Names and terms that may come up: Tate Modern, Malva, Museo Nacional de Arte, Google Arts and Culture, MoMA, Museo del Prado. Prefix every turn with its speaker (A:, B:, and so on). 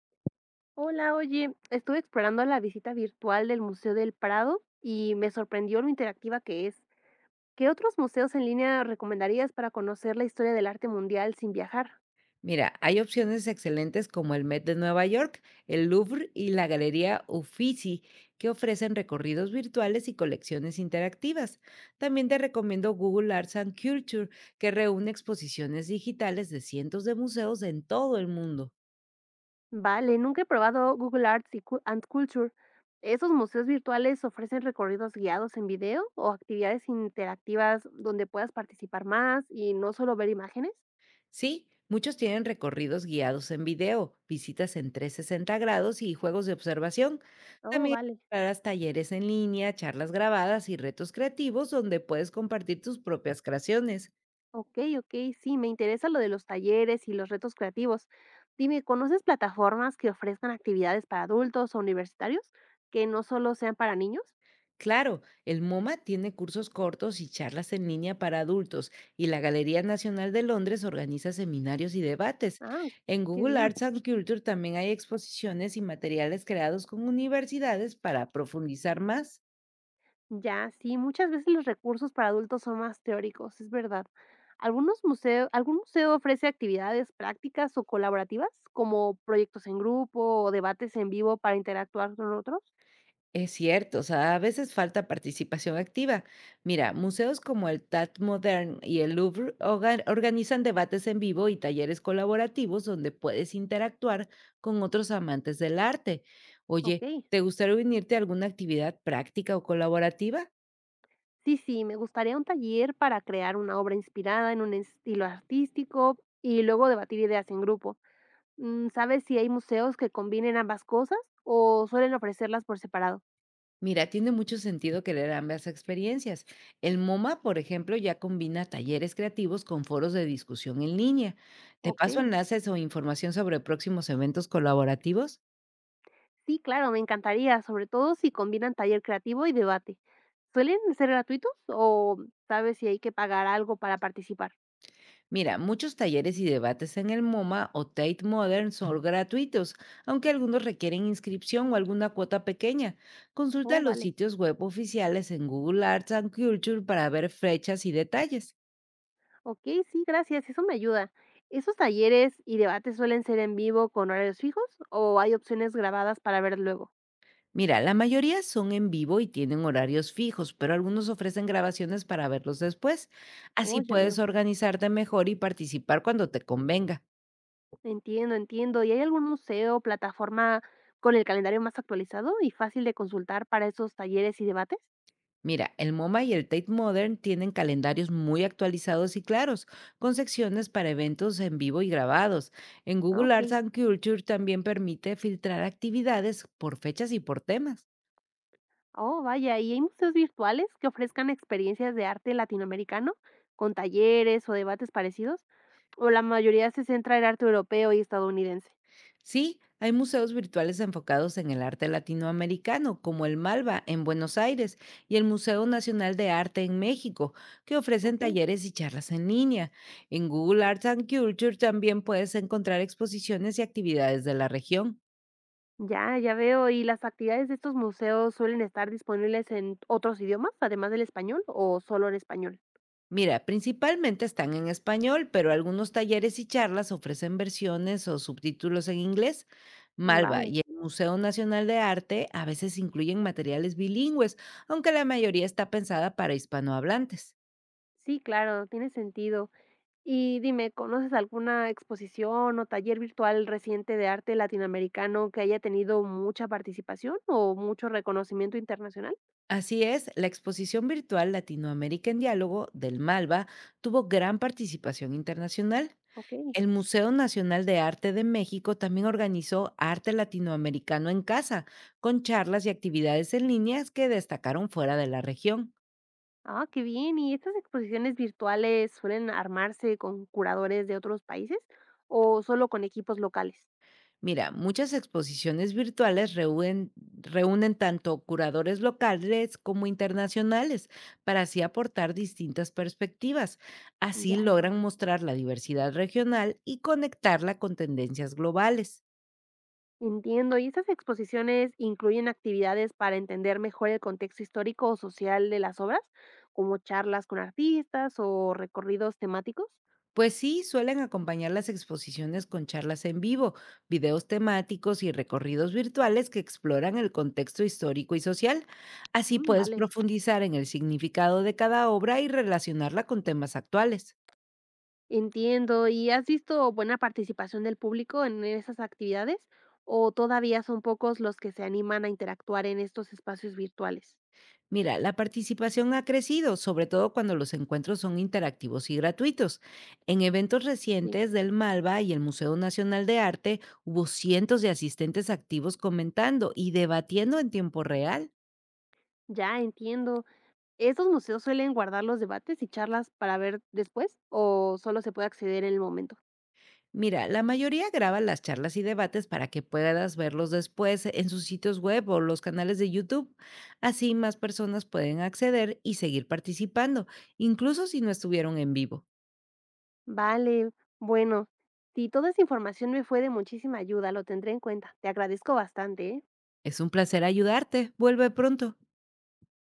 A: Hola, oye, estuve explorando la visita virtual del Museo del Prado y me sorprendió lo interactiva que es. ¿Qué otros museos en línea recomendarías para conocer la historia del arte mundial sin viajar?
B: Mira, hay opciones excelentes como el Met de Nueva York, el Louvre y la Galería Uffizi, que ofrecen recorridos virtuales y colecciones interactivas. También te recomiendo Google Arts and Culture, que reúne exposiciones digitales de cientos de museos en todo el mundo.
A: Vale, nunca he probado Google Arts y Cu- and Culture. ¿Esos museos virtuales ofrecen recorridos guiados en video o actividades interactivas donde puedas participar más y no solo ver imágenes?
B: Sí, muchos tienen recorridos guiados en video, visitas en 360 grados y juegos de observación.
A: Oh,
B: También
A: vale.
B: encontrarás talleres en línea, charlas grabadas y retos creativos donde puedes compartir tus propias creaciones.
A: Ok, ok, sí, me interesa lo de los talleres y los retos creativos. Dime, ¿conoces plataformas que ofrezcan actividades para adultos o universitarios que no solo sean para niños?
B: Claro, el MoMA tiene cursos cortos y charlas en línea para adultos, y la Galería Nacional de Londres organiza seminarios y debates.
A: Ah,
B: En
A: qué
B: Google
A: bien.
B: Arts and Culture también hay exposiciones y materiales creados con universidades para profundizar más.
A: Ya, sí, muchas veces los recursos para adultos son más teóricos, es verdad. Algunos museos, ¿algún museo ofrece actividades prácticas o colaborativas, como proyectos en grupo o debates en vivo para interactuar con otros?
B: Es cierto, o sea, a veces falta participación activa. Mira, museos como el Tate Modern y el Louvre organizan debates en vivo y talleres colaborativos donde puedes interactuar con otros amantes del arte.
A: Ok.
B: Oye, ¿te gustaría unirte a alguna actividad práctica o colaborativa?
A: Sí, sí, me gustaría un taller para crear una obra inspirada en un estilo artístico y luego debatir ideas en grupo. Mm, ¿sabes si hay museos que combinen ambas cosas o suelen ofrecerlas por separado?
B: Mira, tiene mucho sentido querer ambas experiencias. El MoMA, por ejemplo, ya combina talleres creativos con foros de discusión en línea. ¿Te
A: Ok,
B: paso enlaces o información sobre próximos eventos colaborativos?
A: sí, claro, me encantaría, sobre todo si combinan taller creativo y debate. ¿Suelen ser gratuitos o sabes si hay que pagar algo para participar?
B: Mira, muchos talleres y debates en el MoMA o Tate Modern son gratuitos, aunque algunos requieren inscripción o alguna cuota pequeña. Consulta
A: Oh,
B: los
A: vale.
B: sitios web oficiales en Google Arts and Culture para ver fechas y detalles.
A: Ok, sí, gracias, eso me ayuda. ¿Esos talleres y debates suelen ser en vivo con horarios fijos o hay opciones grabadas para ver luego?
B: Mira, la mayoría son en vivo y tienen horarios fijos, pero algunos ofrecen grabaciones para verlos después.
A: Oh,
B: Así
A: ya
B: puedes
A: veo.
B: organizarte mejor y participar cuando te convenga.
A: Entiendo, entiendo. ¿Y hay algún museo o plataforma con el calendario más actualizado y fácil de consultar para esos talleres y debates?
B: Mira, el MoMA y el Tate Modern tienen calendarios muy actualizados y claros, con secciones para eventos en vivo y grabados. En
A: Ah,
B: Google
A: ok.
B: Arts and Culture también permite filtrar actividades por fechas y por temas.
A: Oh, vaya. ¿Y hay museos virtuales que ofrezcan experiencias de arte latinoamericano con talleres o debates parecidos? ¿O la mayoría se centra en arte europeo y estadounidense?
B: Sí, hay museos virtuales enfocados en el arte latinoamericano, como el Malva en Buenos Aires y el Museo Nacional de Arte en México, que ofrecen
A: Ok.
B: talleres y charlas en línea. En Google Arts and Culture también puedes encontrar exposiciones y actividades de la región.
A: Ya, ya veo. ¿Y las actividades de estos museos suelen estar disponibles en otros idiomas, además del español, o solo en español?
B: Mira, principalmente están en español, pero algunos talleres y charlas ofrecen versiones o subtítulos en inglés. Malva y
A: Vale.
B: el Museo Nacional de Arte a veces incluyen materiales bilingües, aunque la mayoría está pensada para hispanohablantes.
A: Sí, claro, tiene sentido. Y dime, ¿conoces alguna exposición o taller virtual reciente de arte latinoamericano que haya tenido mucha participación o mucho reconocimiento internacional?
B: Así es, la exposición virtual Latinoamérica en Diálogo del Malva tuvo gran participación internacional.
A: Ok.
B: El Museo Nacional de Arte de México también organizó Arte Latinoamericano en Casa, con charlas y actividades en líneas que destacaron fuera de la región.
A: Ah, qué bien. ¿Y estas exposiciones virtuales suelen armarse con curadores de otros países o solo con equipos locales?
B: Mira, muchas exposiciones virtuales reúnen tanto curadores locales como internacionales para así aportar distintas perspectivas. Así
A: Ya, ya.
B: logran mostrar la diversidad regional y conectarla con tendencias globales.
A: Entiendo. ¿Y estas exposiciones incluyen actividades para entender mejor el contexto histórico o social de las obras, como charlas con artistas o recorridos temáticos?
B: Pues sí, suelen acompañar las exposiciones con charlas en vivo, videos temáticos y recorridos virtuales que exploran el contexto histórico y social. Así
A: Mm,
B: puedes
A: vale.
B: profundizar en el significado de cada obra y relacionarla con temas actuales.
A: Entiendo. ¿Y has visto buena participación del público en esas actividades o todavía son pocos los que se animan a interactuar en estos espacios virtuales?
B: Mira, la participación ha crecido, sobre todo cuando los encuentros son interactivos y gratuitos. En eventos
A: Sí,
B: recientes del Malva y el Museo Nacional de Arte hubo cientos de asistentes activos comentando y debatiendo en tiempo real.
A: ya entiendo. ¿Estos museos suelen guardar los debates y charlas para ver después o solo se puede acceder en el momento?
B: Mira, la mayoría graba las charlas y debates para que puedas verlos después en sus sitios web o los canales de YouTube. Así más personas pueden acceder y seguir participando, incluso si no estuvieron en vivo.
A: Vale, bueno, si toda esa información me fue de muchísima ayuda, lo tendré en cuenta. Te agradezco bastante, ¿eh?
B: Es un placer ayudarte. Vuelve pronto.